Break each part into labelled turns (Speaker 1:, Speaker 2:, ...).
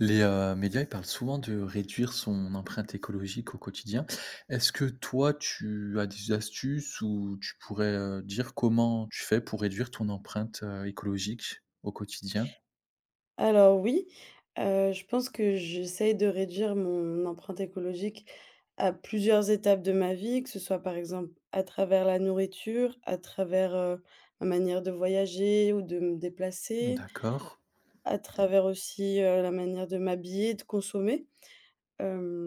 Speaker 1: Les, médias, ils parlent souvent de réduire son empreinte écologique au quotidien. Est-ce que toi, tu as des astuces ou tu pourrais, dire comment tu fais pour réduire ton empreinte, écologique au quotidien?
Speaker 2: Alors oui, je pense que j'essaye de réduire mon empreinte écologique à plusieurs étapes de ma vie, que ce soit par exemple à travers la nourriture, à travers, ma manière de voyager ou de me déplacer,
Speaker 1: D'accord.
Speaker 2: à travers aussi, la manière de m'habiller, de consommer,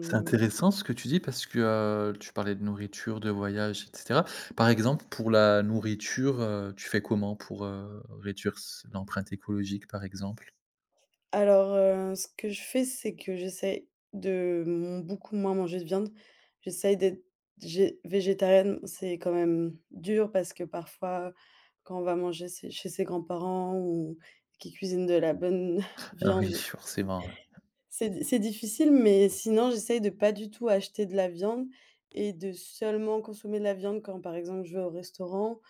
Speaker 1: C'est intéressant ce que tu dis parce que, tu parlais de nourriture, de voyage et cetera. Par exemple, pour la nourriture, tu fais comment pour, réduire s l'empreinte écologique, par exemple?
Speaker 2: Alors, ce que je fais, c'est que j'essaie de, beaucoup moins manger de viande. J'essaie d'être gé végétarienne. C'est quand même dur parce que parfois, quand on va manger ses chez ses grands-parents ou qui cuisinent de la bonne
Speaker 1: Ah oui,
Speaker 2: viande,
Speaker 1: forcément.
Speaker 2: c'est difficile, mais sinon j'essaie de pas du tout acheter de la viande et de seulement consommer de la viande quand, par exemple, je vais au restaurant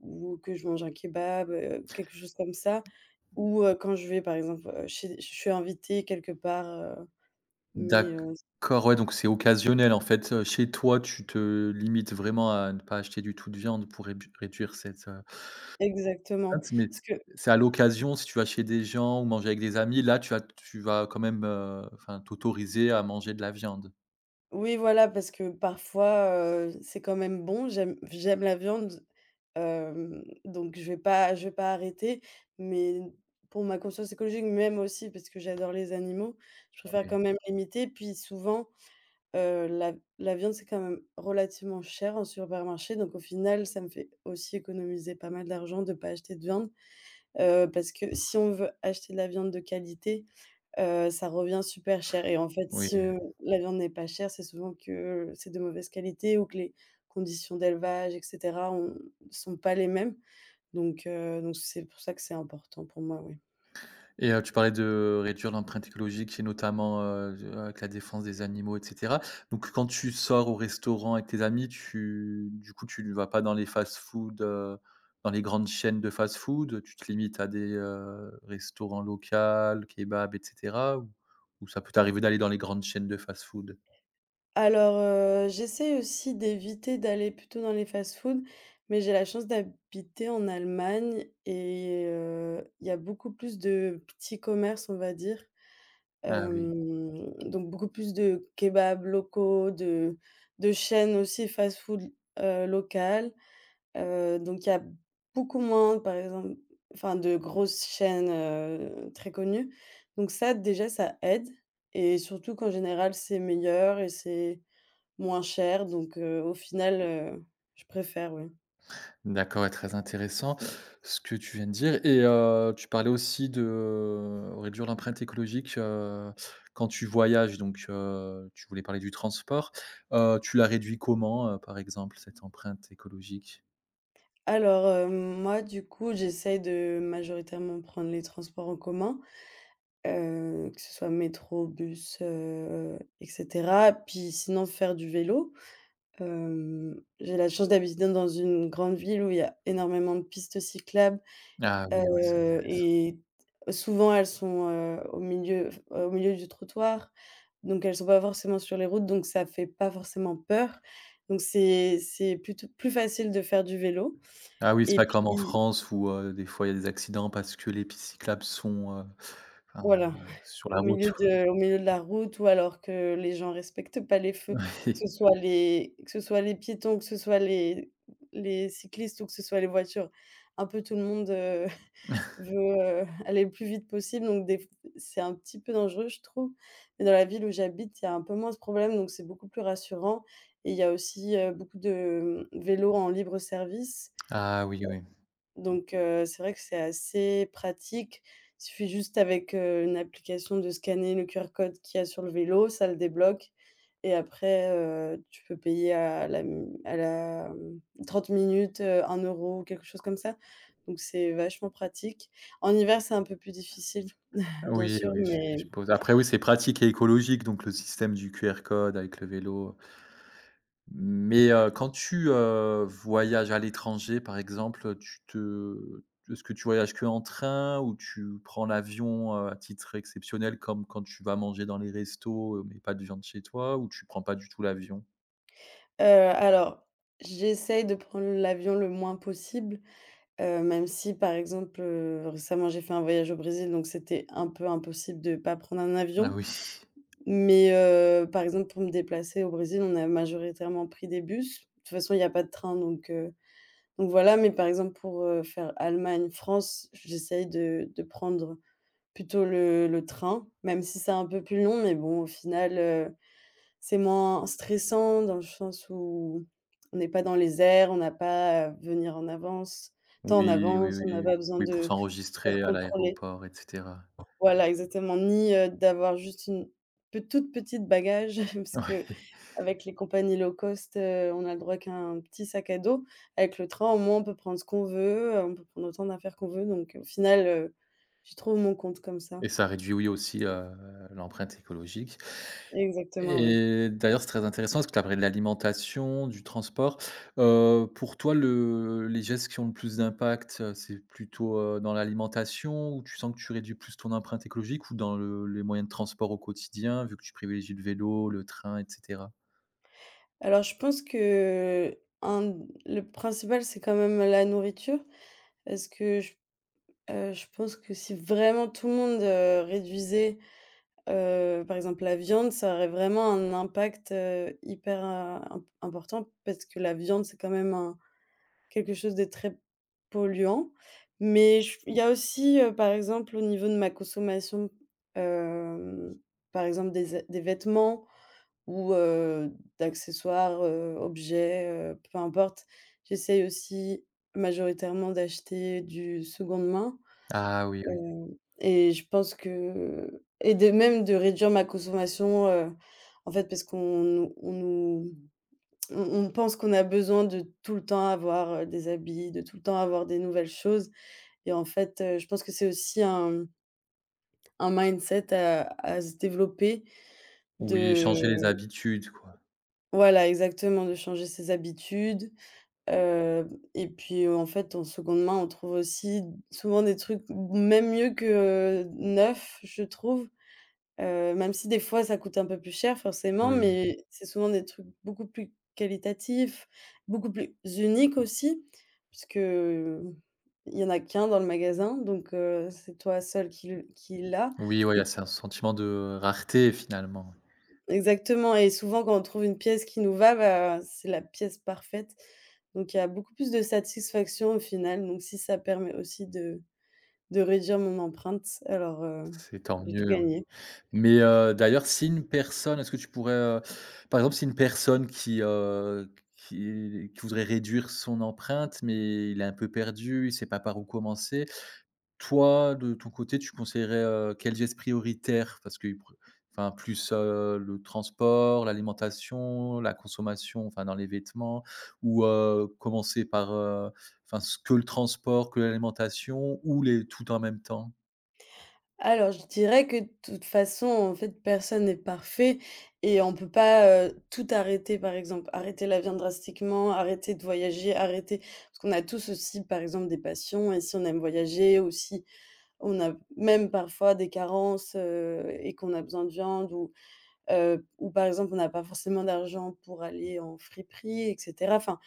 Speaker 2: ou que je mange un kebab, quelque chose comme ça. Ou, quand je vais par exemple, chez je suis invitée quelque part, heu, mais,
Speaker 1: D'accord, ouais, donc c'est occasionnel en fait. Chez toi, tu te limites vraiment à ne pas acheter du tout de viande pour rédu réduire cette, heu, ah
Speaker 2: exactement.
Speaker 1: mais
Speaker 2: Parce que
Speaker 1: c'est à l'occasion, si tu vas chez des gens ou manger avec des amis, là tu vas quand même, enfin t'autoriser à manger de la viande?
Speaker 2: oui voilà, parce que parfois, c'est quand même bon, j'aime la viande, donc je vais pas arrêter. Mais pour ma conscience écologique, même aussi parce que j'adore les animaux, je préfère quand
Speaker 1: Oui,
Speaker 2: même limiter. Puis souvent Heu, la la viande, c'est quand même relativement cher en supermarché, donc au final, ça me fait aussi économiser pas mal d'argent de ne pas acheter de viande, parce que si on veut acheter de la viande de qualité, ça revient super cher et en fait,
Speaker 1: oui.
Speaker 2: si, la viande n'est pas chère, c'est souvent que c'est de mauvaise qualité ou que les conditions d'élevage et cetera ont sont pas les mêmes, donc c'est pour ça que c'est important pour moi, oui.
Speaker 1: Et tu parlais de réduire l'empreinte écologique et notamment, de avec la défense des animaux et cetera. Donc quand tu sors au restaurant avec tes amis, tu du coup, tu ne vas pas dans les fast-food, dans les grandes chaînes de fast-food? Tu te limites à des, restaurants locaux, kebabs et cetera? Ou ça peut t'arriver d'aller dans les grandes chaînes de fast-food?
Speaker 2: Alors, j'essaie aussi d'éviter d'aller plutôt dans les fast foods mais j'ai la chance d'habiter en Allemagne et il y a beaucoup plus de petits commerces, on va dire.
Speaker 1: Ah oui.
Speaker 2: Donc beaucoup plus de kebabs locaux, de chaînes aussi fast-food, locales. Donc il y a beaucoup moins, par exemple enfin de grosses chaînes, très connues. Donc ça déjà, ça aide et surtout qu'en général, c'est meilleur et c'est moins cher donc au final, je préfère, oui.
Speaker 1: D'accord et très intéressant ce que tu viens de dire et tu parlais aussi de, réduire l'empreinte écologique, quand tu voyages donc tu voulais parler du transport. Tu la réduis comment, par exemple, cette empreinte écologique?
Speaker 2: Alors, moi du coup, j'essaye de majoritairement prendre les transports en commun, que ce soit métro, bus, et cetera. Puis sinon faire du vélo. J'ai la chance d'habiter dans une grande ville où il y a énormément de pistes cyclables.
Speaker 1: Ah oui, ouais, c'est intéressant.
Speaker 2: Et souvent elles sont, au milieu du trottoir, donc elles sont pas forcément sur les routes, donc ça fait pas forcément peur. Donc c'est plutôt plus facile de faire du vélo
Speaker 1: Ah oui, c'est
Speaker 2: et
Speaker 1: pas comme en
Speaker 2: puis
Speaker 1: France où, des fois il y a des accidents parce que les pistes cyclables sont, enfin,
Speaker 2: voilà,
Speaker 1: sur la route.
Speaker 2: au milieu de la route ou alors que les gens respectent pas les feux, que ce soit les piétons, que ce soit les cyclistes ou que ce soit les voitures, un peu tout le monde, veut, aller le plus vite possible donc des f c'est un petit peu dangereux, je trouve. Mais dans la ville où j'habite, il y a un peu moins ce problème donc c'est beaucoup plus rassurant et il y a aussi, beaucoup de, vélos en libre service
Speaker 1: Ah oui, oui.
Speaker 2: donc c'est vrai que c'est assez pratique. Il suffit juste avec, une application de scanner le QR code qu'il y a sur le vélo, ça le débloque et après, tu peux payer à la, 30 minutes, 1 €, quelque chose comme ça. Donc c'est vachement pratique. En hiver, c'est un peu plus difficile, bien
Speaker 1: Oui,
Speaker 2: sûr,
Speaker 1: oui, je
Speaker 2: mais
Speaker 1: suppose. Après oui, c'est pratique et écologique donc le système du QR code avec le vélo. Mais quand tu, voyages à l'étranger, par exemple, tu te est-ce que tu voyages que en train ou tu prends l'avion, à titre exceptionnel comme quand tu vas manger dans les restos, mais pas de viande chez toi ou tu prends pas du tout l'avion?
Speaker 2: alors, j'essaye de prendre l'avion le moins possible, même si, par exemple, récemment, j'ai fait un voyage au Brésil, donc c'était un peu impossible de ne pas prendre un
Speaker 1: Ah
Speaker 2: avion.
Speaker 1: oui.
Speaker 2: Mais par exemple, pour me déplacer au Brésil, on a majoritairement pris des bus. De toute façon, il y a pas de train, donc voilà, mais par exemple pour, faire Allemagne-France, j'essaye de prendre plutôt le train, même si c'est un peu plus long, mais bon, au final, c'est moins stressant dans le sens où on n'est pas dans les airs, on n'a pas à venir en avance tant en
Speaker 1: Oui, oui,
Speaker 2: avance, on n'a pas
Speaker 1: oui.
Speaker 2: besoin
Speaker 1: Oui, pour
Speaker 2: de se faire
Speaker 1: s'enregistrer à
Speaker 2: contrôler.
Speaker 1: l'aéroport et cetera.
Speaker 2: Voilà, exactement, ni, d'avoir juste une pe toute petite bagage parce que
Speaker 1: Ouais
Speaker 2: avec les compagnies low cost, on a le droit qu'à un petit sac à dos. Avec le train, au moins, on peut prendre ce qu'on veut, on peut prendre autant d'affaires qu'on veut donc au final, je trouve mon compte comme ça.
Speaker 1: et ça réduit, oui, aussi, l'empreinte écologique.
Speaker 2: Exactement, oui.
Speaker 1: Et d'ailleurs, c'est très intéressant parce que tu as parlé de l'alimentation, du transport. Pour toi, le les gestes qui ont le plus d'impact, c'est plutôt, dans l'alimentation où tu sens que tu réduis plus ton empreinte écologique ou dans le les moyens de transport au quotidien, vu que tu privilégies le vélo, le train et cetera?
Speaker 2: Alors je pense que d le principal, c'est quand même la nourriture parce que je pense que si vraiment tout le monde, réduisait par exemple, la viande, ça aurait vraiment un impact, hyper, important parce que la viande, c'est quand même un quelque chose de très polluant. Mais je il y a aussi, par exemple, au niveau de ma consommation, hem, par exemple des vêtements ou, d'accessoires, objets, peu importe. J'essaye aussi majoritairement d'acheter du seconde main.
Speaker 1: Ah oui, oui.
Speaker 2: Hem et je pense que et de même de réduire ma consommation, en fait, parce qu'on nous on nous on pense qu'on a besoin de tout le temps avoir, des habits, de tout le temps avoir des nouvelles choses et en fait, je pense que c'est aussi un mindset à se développer de
Speaker 1: Oui, changer les habitudes, quoi.
Speaker 2: voilà, exactement, de changer ses habitudes, heu et puis, en fait, en seconde main, on trouve aussi souvent des trucs même mieux que, neufs, je trouve. Même si des fois ça coûte un peu plus cher forcément, mmh,
Speaker 1: Oui.
Speaker 2: mais c'est souvent des trucs beaucoup plus qualitatifs, beaucoup plus uniques aussi, puisque, il y en a qu'un dans le magasin, donc c'est toi seul qui l'a
Speaker 1: Oui, ouais, il y
Speaker 2: et
Speaker 1: a
Speaker 2: p
Speaker 1: c'est un sentiment de rareté finalement.
Speaker 2: exactement et souvent quand on trouve une pièce qui nous va, bah, c'est la pièce parfaite, donc il y a beaucoup plus de satisfaction au final, donc si ça permet aussi de réduire mon empreinte, alors,
Speaker 1: C'est tant
Speaker 2: j'ai tout
Speaker 1: mieux.
Speaker 2: gagné.
Speaker 1: Mais, d'ailleurs, si une personne est-ce que tu pourrais, par exemple, si une personne qui, qui voudrait réduire son empreinte, mais il est un peu perdu, il ne sait pas par où commencer. Toi, de ton côté, tu conseillerais, quel geste prioritaire? Parce que, pr enfin, plus, le transport, l'alimentation, la consommation, enfin, dans les vêtements ou, commencer par, enfin, s que le transport, que l'alimentation ou les tout en même temps?
Speaker 2: Alors, je dirais que de toute façon, en fait, personne n'est parfait et on peut pas, tout arrêter, par exemple. Arrêter la viande drastiquement, arrêter de voyager, arrêter parce qu'on a tous aussi, par exemple, des passions et si on aime voyager ou si on a même parfois des carences, et qu'on a besoin de viande ou par exemple, on n'a pas forcément d'argent pour aller en friperie et cetera. Enfin,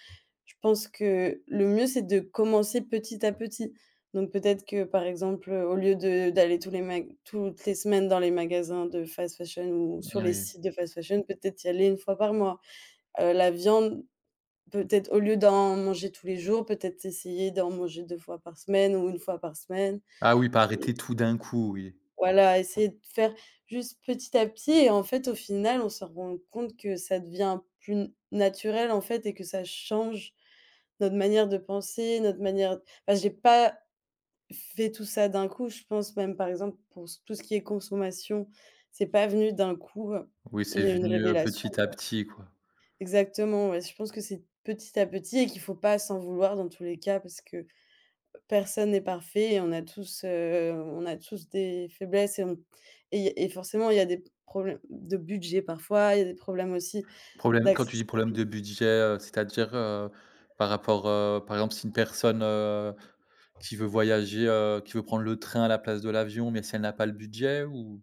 Speaker 2: je pense que le mieux, c'est de commencer petit à petit. Donc peut-être que, par exemple, au lieu de d'aller tous les mag toutes les semaines dans les magasins de fast fashion ou sur
Speaker 1: Eh
Speaker 2: les
Speaker 1: oui.
Speaker 2: sites de fast fashion, peut-être y aller une fois par mois. La viande, peut-être au lieu d'en manger tous les jours, peut-être essayer d'en manger 2 fois par semaine ou une fois par semaine
Speaker 1: Ah oui, pas arrêter
Speaker 2: et
Speaker 1: tout d'un coup, oui.
Speaker 2: voilà, essayer de faire juste petit à petit et en fait, au final, on se rend compte que ça devient plus naturel, en fait et que ça change notre manière de penser, notre manière enfin, j'ai pas fait tout ça d'un coup, je pense même par exemple pour s tout ce qui est consommation, c'est pas venu d'un coup,
Speaker 1: Oui, c'est
Speaker 2: j'ai eu une
Speaker 1: venu,
Speaker 2: révélation.
Speaker 1: petit à petit, quoi.
Speaker 2: Exactement, ouais, je pense que c'est petit à petit et qu'il faut pas s'en vouloir dans tous les cas parce que personne n'est parfait et on a tous des faiblesses et forcément il y a des problèmes de budget parfois, il y a des problèmes aussi
Speaker 1: Problème quand tu dis problème
Speaker 2: d'accessibilité.
Speaker 1: de budget, c'est-à-dire, par rapport, par exemple, si une personne, qui veut voyager, qui veut prendre le train à la place de l'avion, mais si elle n'a pas le budget ou?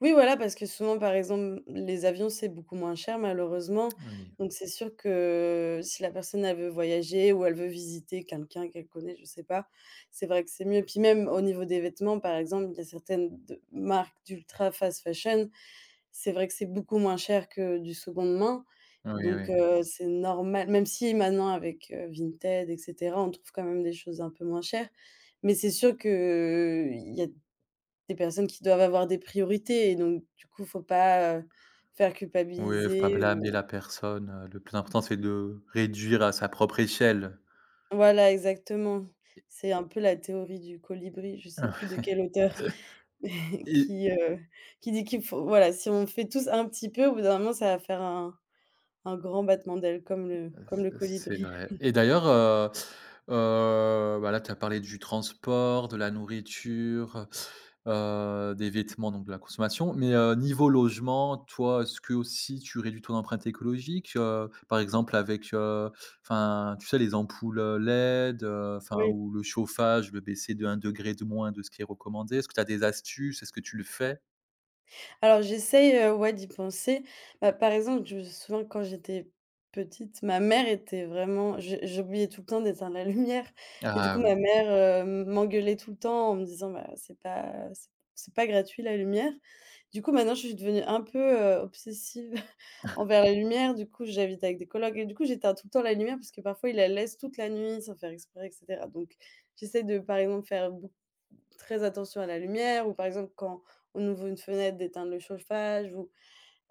Speaker 2: Oui, voilà, parce que souvent, par exemple, les avions, c'est beaucoup moins cher, malheureusement.
Speaker 1: Oui,
Speaker 2: Donc, c'est sûr que si la personne, elle veut voyager ou elle veut visiter quelqu'un qu'elle connaît, je sais pas, c'est vrai que c'est mieux. Puis même au niveau des vêtements, par exemple, il y a certaines marques d'ultra fast fashion, c'est vrai que c'est beaucoup moins cher que du seconde main.
Speaker 1: oui, oui.
Speaker 2: Donc, c'est normal, même si maintenant, avec Vinted, etc., on trouve quand même des choses un peu moins chères. Mais c'est sûr qu'il y a des personnes qui doivent avoir des priorités et donc du coup, faut pas, faire
Speaker 1: Oui, faut pas
Speaker 2: culpabiliser
Speaker 1: blâmer
Speaker 2: ou
Speaker 1: la personne, le plus important, c'est de réduire à sa propre échelle.
Speaker 2: voilà, exactement. C'est un peu la théorie du colibri, je sais plus de quel auteur
Speaker 1: Et
Speaker 2: qui, heu, qui dit qu'il faut voilà, si on fait tous un petit peu, au bout d'un moment, ça va faire un grand battement d'ailes comme le
Speaker 1: c'est
Speaker 2: colibri.
Speaker 1: vrai et d'ailleurs, bah, là, tu as parlé du transport, de la nourriture, des vêtements, donc de la consommation, mais niveau logement, toi, est-ce que aussi tu réduis ton empreinte écologique? Par exemple avec, enfin, tu sais, les ampoules, LED, enfin
Speaker 2: Oui.
Speaker 1: ou le chauffage, le baisser de un degré de moins de ce qui est recommandé. Est-ce que tu as des astuces? Est-ce que tu le fais?
Speaker 2: Alors j'essaye, ouais, d'y penser. Bah, par exemple, je me souviens quand j'étais petite, ma mère était vraiment je j'oubliais tout le temps d'éteindre la lumière et du coup
Speaker 1: Ah oui.
Speaker 2: ma mère, m'engueulait tout le temps en me disant: «Bah, c'est pas gratuit la lumière». Du coup, maintenant, je suis devenue un peu, obsessive envers la lumière. Du coup, j'habite avec des colocs et du coup, j'éteins tout le temps la lumière parce que parfois, ils la laissent toute la nuit sans faire exprès et cetera. Donc j'essaie de, par exemple, faire très attention à la lumière ou par exemple quand on ouvre une fenêtre d'éteindre le chauffage ou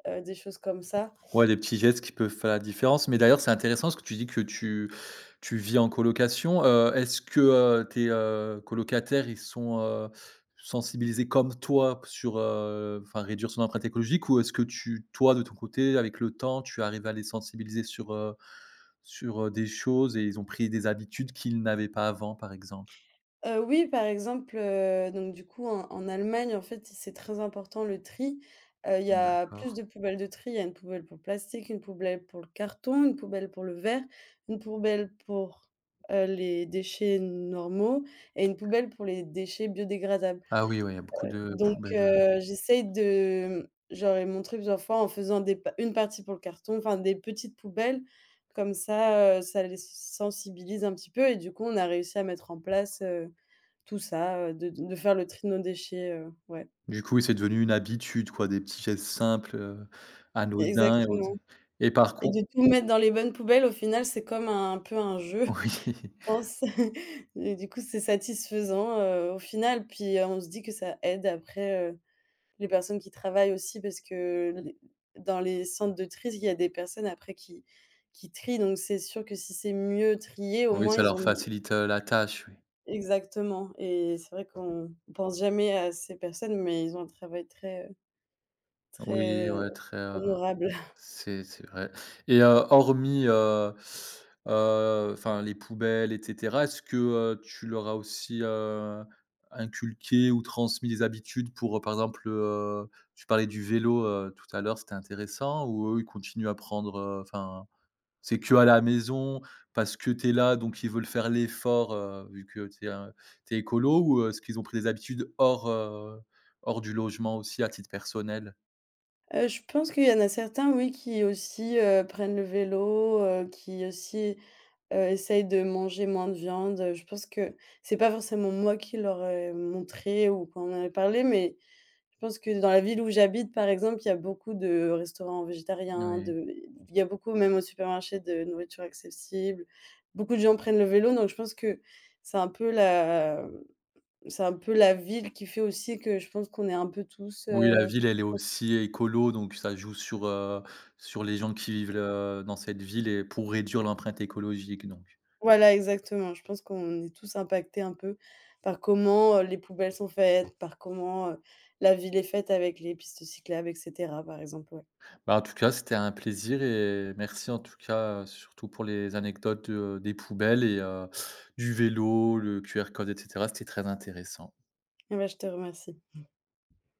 Speaker 2: des choses comme ça.
Speaker 1: Ouais, des petits gestes qui peuvent faire la différence. Mais d'ailleurs, c'est intéressant ce que tu dis que tu vis en colocation. Est-ce que, tes, colocataires, ils sont, sensibilisés comme toi sur, enfin réduire son empreinte écologique? Ou est-ce que tu toi, de ton côté, avec le temps, tu arrives à les sensibiliser sur, sur, des choses et ils ont pris des habitudes qu'ils n'avaient pas avant, par exemple?
Speaker 2: Oui, par exemple, donc du coup en Allemagne, en fait, c'est très important le tri. Il y a
Speaker 1: D'accord.
Speaker 2: plus de poubelles de tri, il y a une poubelle pour le plastique, une poubelle pour le carton, une poubelle pour le verre, une poubelle pour, les déchets normaux et une poubelle pour les déchets biodégradables.
Speaker 1: Ah oui, ouais, il y a beaucoup de
Speaker 2: Donc
Speaker 1: poubelles.
Speaker 2: j'essaye de j'aurais montré plusieurs fois en faisant des pa une partie pour le carton, enfin des petites poubelles comme ça, ça les sensibilise un petit peu et du coup, on a réussi à mettre en place, tout ça, de faire le tri de nos déchets, ouais.
Speaker 1: Du coup, oui, c'est devenu une habitude quoi, des petits gestes simples, anodins et audi
Speaker 2: Exactement
Speaker 1: et par
Speaker 2: et de
Speaker 1: con.
Speaker 2: tout mettre dans les bonnes poubelles au final, c'est comme un peu un jeu, je
Speaker 1: Oui,
Speaker 2: pense et du coup, c'est satisfaisant, au final, puis on se dit que ça aide après, les personnes qui travaillent aussi parce que les dans les centres de tri, il y a des personnes après qui trient, donc c'est sûr que si c'est mieux trié, au
Speaker 1: oui,
Speaker 2: moins
Speaker 1: ça
Speaker 2: ils
Speaker 1: leur
Speaker 2: ont
Speaker 1: facilite, la tâche, oui.
Speaker 2: exactement et c'est vrai qu'on pense jamais à ces personnes, mais ils ont un travail très,
Speaker 1: Oui,
Speaker 2: très
Speaker 1: ouais, très,
Speaker 2: honorable.
Speaker 1: c'est vrai et hormis, enfin, les poubelles et cetera, est-ce que, tu leur as aussi, inculqué ou transmis des habitudes pour, par exemple, tu parlais du vélo, tout à l'heure, c'était intéressant ou eux, ils continuent à prendre, enfin c'est que à la maison, parce que tu es là, donc ils veulent faire l'effort, vu que tu es, écolo ou, est-ce qu'ils ont pris des habitudes hors, hors du logement aussi à titre personnel?
Speaker 2: Je pense qu'il y en a certains, oui, qui aussi, prennent le vélo, qui aussi, essayent de manger moins de viande. Je pense que c'est pas forcément moi qui leur ai montré ou qu'on en a parlé, mais je pense que dans la ville où j'habite, par exemple, il y a beaucoup de restaurants végétariens,
Speaker 1: Oui.
Speaker 2: de il y a beaucoup même au supermarché de nourriture accessible. Beaucoup de gens prennent le vélo, donc je pense que c'est un peu la c'est un peu la ville qui fait aussi que je pense qu'on est un peu tous,
Speaker 1: Oui, la ville, elle est
Speaker 2: on
Speaker 1: aussi écolo, donc ça joue sur, sur les gens qui vivent, dans cette ville et pour réduire l'empreinte écologique, donc.
Speaker 2: voilà exactement. Je pense qu'on est tous impactés un peu par comment, les poubelles sont faites, par comment, la ville est faite avec les pistes cyclables et cetera, par exemple, ouais.
Speaker 1: Bah, en tout cas, c'était un plaisir et merci en tout cas, surtout pour les anecdotes, des poubelles et du vélo, le QR code et cetera, c'était très intéressant.
Speaker 2: Eh bah, je te remercie.